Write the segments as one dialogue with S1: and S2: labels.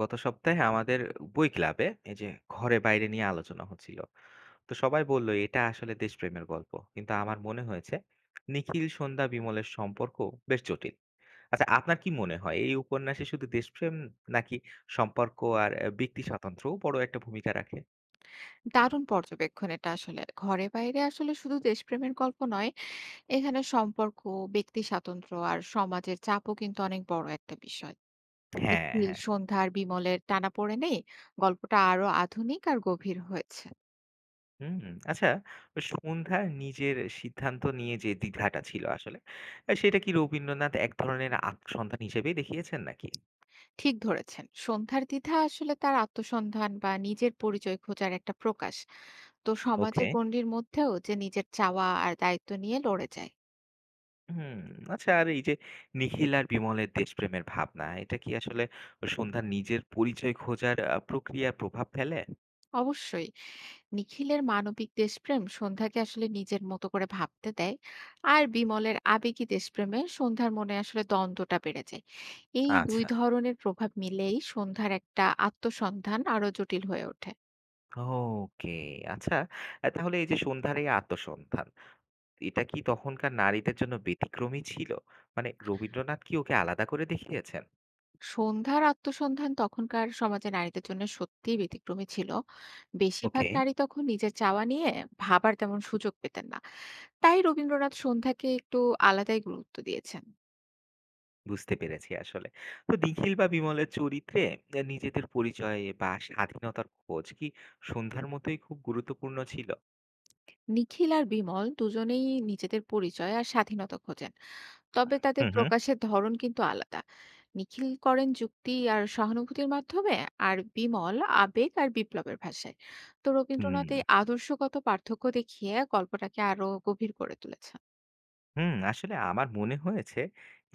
S1: গত সপ্তাহে আমাদের বই ক্লাবে এই যে ঘরে বাইরে নিয়ে আলোচনা হচ্ছিল। তো সবাই বললো এটা আসলে দেশপ্রেমের গল্প, কিন্তু আমার মনে হয়েছে নিখিল সন্ধ্যা বিমলের সম্পর্ক বেশ জটিল। আচ্ছা, আপনার কি মনে হয় এই উপন্যাসে শুধু দেশপ্রেম নাকি সম্পর্ক আর ব্যক্তি স্বাতন্ত্র্যও বড় একটা ভূমিকা রাখে?
S2: দারুণ পর্যবেক্ষণ এটা আসলে। ঘরে বাইরে আসলে শুধু দেশপ্রেমের গল্প নয়, এখানে সম্পর্ক, ব্যক্তি স্বাতন্ত্র্য আর সমাজের চাপও কিন্তু অনেক বড় একটা বিষয়।
S1: হ্যাঁ,
S2: নিখিল,
S1: হ্যাঁ।
S2: সন্ধ্যা আর বিমলের টানাপোড়েনেই গল্পটা আরো আধুনিক আর গভীর হয়েছে।
S1: হুম। আচ্ছা, সন্ধ্যার নিজের সিদ্ধান্ত নিয়ে যে দ্বিধাটা ছিল আসলে সেটা কি রবীন্দ্রনাথ এক ধরনের আত্মসন্ধান হিসেবেই দেখিয়েছেন নাকি?
S2: ঠিক ধরেছেন। সন্ধ্যার দ্বিধা আসলে তার আত্মসন্ধান বা নিজের পরিচয় খোঁজার একটা প্রকাশ। তো
S1: ওকে।
S2: সমাজের গণ্ডির মধ্যেও যে নিজের চাওয়া আর দায়িত্ব নিয়ে লড়ে যায়।
S1: হুম, আচ্ছা। আর এই যে নিখিল আর বিমলের দেশপ্রেমের ভাবনা, এটা কি আসলে সন্ধ্যার নিজের পরিচয় খোঁজার প্রক্রিয়ার প্রভাব ফেলে?
S2: অবশ্যই। নিখিলের মানবিক দেশপ্রেম সন্ধ্যাকে আসলে নিজের মতো করে ভাবতে দেয়। আর বিমলের আবেগী দেশপ্রেমে সন্ধ্যার মনে আসলে দ্বন্দ্বটা বেড়ে যায়। এই দুই
S1: আচ্ছা।
S2: ধরনের প্রভাব মিলেই সন্ধ্যার একটা আত্মসন্ধান আরো জটিল হয়ে ওঠে।
S1: ওকে, আচ্ছা। তাহলে এই যে সন্ধ্যার এই আত্মসন্ধান, এটা কি তখনকার নারীদের জন্য ব্যতিক্রমী ছিল? মানে রবীন্দ্রনাথ কি ওকে আলাদা করে দেখিয়েছেন?
S2: সন্ধ্যার আত্মসন্ধান তখনকার সমাজে নারীদের জন্য সত্যিই ব্যতিক্রমী ছিল। বেশিরভাগ
S1: ওকে,
S2: নারী তখন নিজের চাওয়া নিয়ে ভাবার তেমন সুযোগ পেতেন না। তাই রবীন্দ্রনাথ সন্ধ্যাকে একটু আলাদাই গুরুত্ব দিয়েছেন।
S1: বুঝতে পেরেছি আসলে। তো নিখিল বা বিমলের চরিত্রে নিজেদের পরিচয় বা স্বাধীনতার খোঁজ কি সন্ধ্যার মতোই খুব গুরুত্বপূর্ণ ছিল?
S2: নিখিল আর বিমল দুজনেই নিজেদের পরিচয় আর স্বাধীনতা খোঁজেন, তবে তাদের
S1: হুম, হুম।
S2: প্রকাশের ধরন কিন্তু আলাদা। নিখিল করেন যুক্তি আর সহানুভূতির মাধ্যমে, আর বিমল আবেগ আর বিপ্লবের ভাষায়। তো রবীন্দ্রনাথ
S1: হুম।
S2: এই আদর্শগত পার্থক্য দেখিয়ে গল্পটাকে আরো গভীর করে তুলেছেন।
S1: হুম, আসলে আমার মনে হয়েছে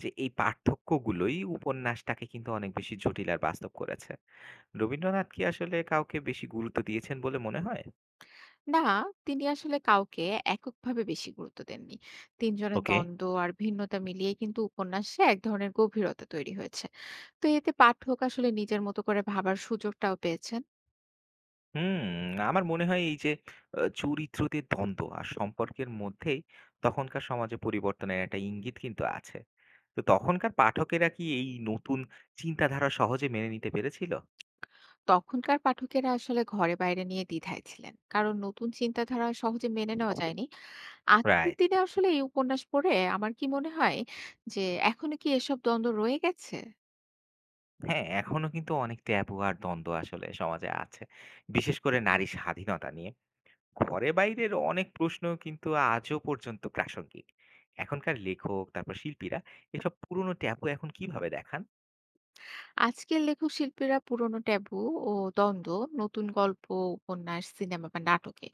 S1: যে এই পার্থক্যগুলোই উপন্যাসটাকে কিন্তু অনেক বেশি জটিল আর বাস্তব করেছে। রবীন্দ্রনাথ কি আসলে কাউকে বেশি গুরুত্ব দিয়েছেন বলে মনে হয়?
S2: না, তিনি আসলে কাউকে এককভাবে বেশি গুরুত্ব দেননি। তিনজনের
S1: ওকে।
S2: দ্বন্দ্ব আর ভিন্নতা মিলিয়ে কিন্তু উপন্যাসে এক ধরনের গভীরতা তৈরি হয়েছে। তো এতে পাঠক আসলে নিজের মতো করে ভাবার সুযোগটাও পেয়েছেন।
S1: হুম, আমার মনে হয় এই যে চরিত্রদের দ্বন্দ্ব আর সম্পর্কের মধ্যেই তখনকার সমাজে পরিবর্তনের একটা ইঙ্গিত কিন্তু আছে। তো তখনকার পাঠকেরা কি এই নতুন চিন্তাধারা সহজে মেনে নিতে পেরেছিল?
S2: তখনকার পাঠকেরা আসলে ঘরে বাইরে নিয়ে দ্বিধায় ছিলেন, কারণ নতুন চিন্তাধারা সহজে মেনে নেওয়া যায়নি। আজকের
S1: রাইট।
S2: দিনে আসলে এই উপন্যাস পড়ে আমার কি মনে হয় যে এখনো কি এসব দ্বন্দ্ব রয়ে গেছে?
S1: হ্যাঁ, এখনো কিন্তু অনেক ট্যাবু আর দ্বন্দ্ব আসলে সমাজে আছে। বিশেষ করে নারী স্বাধীনতা নিয়ে। ঘরে বাইরের অনেক প্রশ্ন কিন্তু আজও পর্যন্ত প্রাসঙ্গিক। এখনকার লেখক তারপর শিল্পীরা এসব পুরনো ট্যাবু এখন কিভাবে দেখান?
S2: আজকের লেখক শিল্পীরা পুরনো ট্যাবু ও দ্বন্দ্ব নতুন গল্প, উপন্যাস, সিনেমা বা নাটকে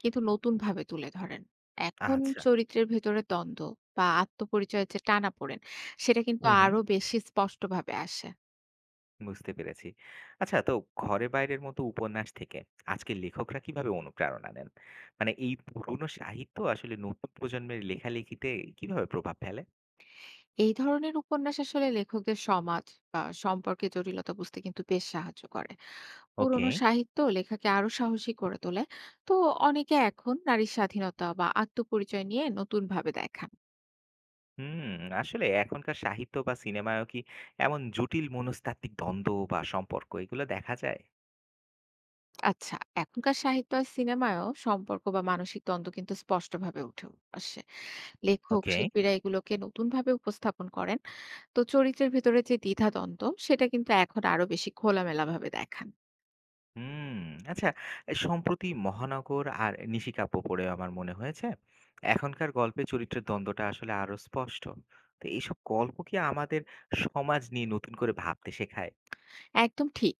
S2: কিন্তু নতুন ভাবে তুলে ধরেন। এখন
S1: আচ্ছা।
S2: চরিত্রের ভেতরে দ্বন্দ্ব বা আত্মপরিচয়ের যে টানাপোড়েন, সেটা কিন্তু
S1: হুম, হুম।
S2: আরো বেশি স্পষ্টভাবে আসে।
S1: বুঝতে পেরেছি। আচ্ছা, তো ঘরে বাইরের মতো উপন্যাস থেকে আজকের লেখকরা কিভাবে অনুপ্রেরণা নেন? মানে এই পুরনো সাহিত্য আসলে নতুন প্রজন্মের লেখালেখিতে কিভাবে প্রভাব ফেলে?
S2: এই ধরনের উপন্যাস আসলে লেখকদের সমাজ বা সম্পর্কে জটিলতা বুঝতে কিন্তু বেশ সাহায্য করে।
S1: ওকে।
S2: পুরনো সাহিত্য লেখাকে আরো সাহসী করে তোলে। তো অনেকে এখন নারীর স্বাধীনতা বা আত্মপরিচয় নিয়ে নতুন ভাবে দেখান।
S1: হুম। আসলে এখনকার সাহিত্য বা সিনেমায়ও কি এমন জটিল মনস্তাত্ত্বিক দ্বন্দ্ব বা সম্পর্ক এগুলো দেখা যায়?
S2: আচ্ছা, এখনকার সাহিত্য আর সিনেমায়ও সম্পর্ক বা মানসিক দ্বন্দ্ব কিন্তু স্পষ্টভাবে উঠে আসে। লেখক
S1: ওকে।
S2: শিল্পীরা এগুলোকে নতুন ভাবে উপস্থাপন করেন। তো চরিত্রের ভেতরে যে দ্বিধা দ্বন্দ্ব, সেটা কিন্তু এখন আরো বেশি খোলামেলা ভাবে দেখান।
S1: হুম, আচ্ছা। এ সম্প্রতি 'মহানগর' আর 'নিশিকাপ্পু' পড়ে আমার মনে হয়েছে, এখনকার গল্পে চরিত্রের দ্বন্দ্বটা আসলে আরো স্পষ্ট। তো এইসব গল্প কি আমাদের সমাজ নিয়ে নতুন করে ভাবতে শেখায়?
S2: একদম ঠিক।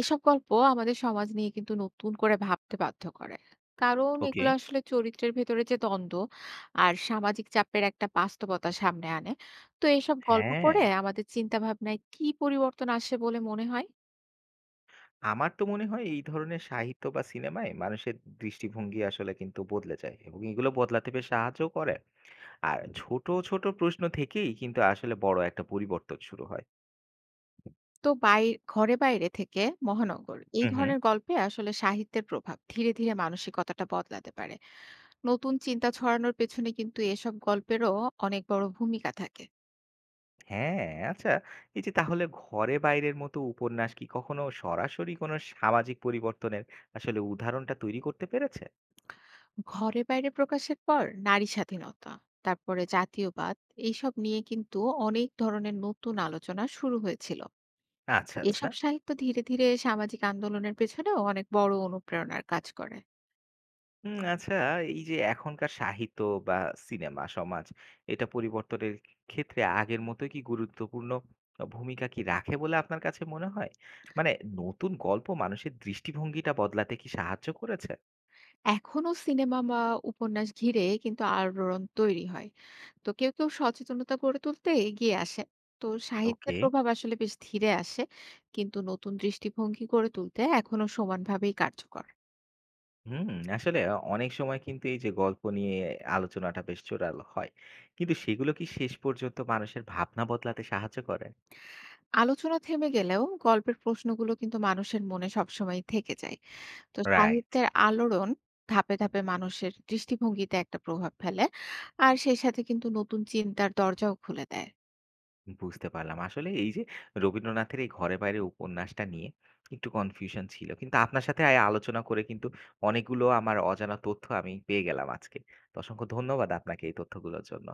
S2: এসব গল্প আমাদের সমাজ নিয়ে কিন্তু নতুন করে ভাবতে বাধ্য করে। কারণ
S1: ওকে।
S2: এগুলো আসলে চরিত্রের ভেতরে যে দ্বন্দ্ব আর সামাজিক চাপের একটা বাস্তবতা সামনে আনে। তো এসব গল্প
S1: হ্যাঁ,
S2: পড়ে আমাদের চিন্তাভাবনায় কি পরিবর্তন আসে বলে মনে হয়?
S1: আমার তো মনে হয় এই ধরনের সাহিত্য বা সিনেমায় মানুষের দৃষ্টিভঙ্গি আসলে কিন্তু বদলে যায় এবং এগুলো বদলাতে বেশ সাহায্য করে। আর ছোট, ছোট প্রশ্ন থেকেই কিন্তু আসলে বড় একটা পরিবর্তন শুরু হয়।
S2: তো ঘরে বাইরে থেকে মহানগর এই
S1: হুম, হুম।
S2: ধরনের গল্পে আসলে সাহিত্যের প্রভাব ধীরে, ধীরে মানসিকতাটা বদলাতে পারে। নতুন চিন্তা ছড়ানোর পেছনে কিন্তু এসব গল্পেরও অনেক বড় ভূমিকা থাকে।
S1: হ্যাঁ, আচ্ছা। এই যে তাহলে ঘরে বাইরের মতো উপন্যাস কি কখনো সরাসরি কোনো সামাজিক পরিবর্তনের আসলে উদাহরণটা তৈরি করতে পেরেছে?
S2: ঘরে বাইরে প্রকাশের পর নারী স্বাধীনতা, তারপরে জাতীয়বাদ, এইসব নিয়ে কিন্তু অনেক ধরনের নতুন আলোচনা শুরু হয়েছিল।
S1: আচ্ছা, আচ্ছা।
S2: এসব সাহিত্য ধীরে ধীরে সামাজিক আন্দোলনের পেছনেও অনেক বড় অনুপ্রেরণার কাজ করে।
S1: আচ্ছা, এই যে এখনকার সাহিত্য বা সিনেমা সমাজ, এটা পরিবর্তনের ক্ষেত্রে আগের মতোই কি গুরুত্বপূর্ণ ভূমিকা কি রাখে বলে আপনার কাছে মনে হয়? মানে নতুন গল্প মানুষের দৃষ্টিভঙ্গিটা বদলাতে কি সাহায্য করেছে?
S2: এখনো সিনেমা বা উপন্যাস ঘিরে কিন্তু আলোড়ন তৈরি হয়। তো কেউ কেউ সচেতনতা গড়ে তুলতে এগিয়ে আসে। তো সাহিত্যের
S1: ওকে।
S2: প্রভাব আসলে বেশ ধীরে আসে, কিন্তু নতুন দৃষ্টিভঙ্গি গড়ে তুলতে এখনো সমানভাবেই কার্যকর।
S1: হুম, আসলে অনেক সময় কিন্তু এই যে গল্প নিয়ে আলোচনাটা বেশ জোরালো হয়। কিন্তু সেগুলো কি শেষ পর্যন্ত মানুষের ভাবনা বদলাতে সাহায্য করে?
S2: আলোচনা থেমে গেলেও গল্পের প্রশ্নগুলো কিন্তু মানুষের মনে সবসময় থেকে যায়। তো
S1: রাইট।
S2: সাহিত্যের আলোড়ন ধাপে, ধাপে মানুষের দৃষ্টিভঙ্গিতে একটা প্রভাব ফেলে। আর সেই সাথে কিন্তু নতুন চিন্তার দরজাও খুলে দেয়।
S1: বুঝতে পারলাম। আসলে এই যে রবীন্দ্রনাথের এই ঘরে বাইরে উপন্যাসটা নিয়ে একটু কনফিউশন ছিল। কিন্তু আপনার সাথে আলোচনা করে কিন্তু অনেকগুলো আমার অজানা তথ্য আমি পেয়ে গেলাম আজকে। তো অসংখ্য ধন্যবাদ আপনাকে এই তথ্যগুলোর জন্য।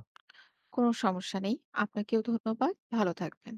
S2: কোনো সমস্যা নেই। আপনাকেও ধন্যবাদ। ভালো থাকবেন।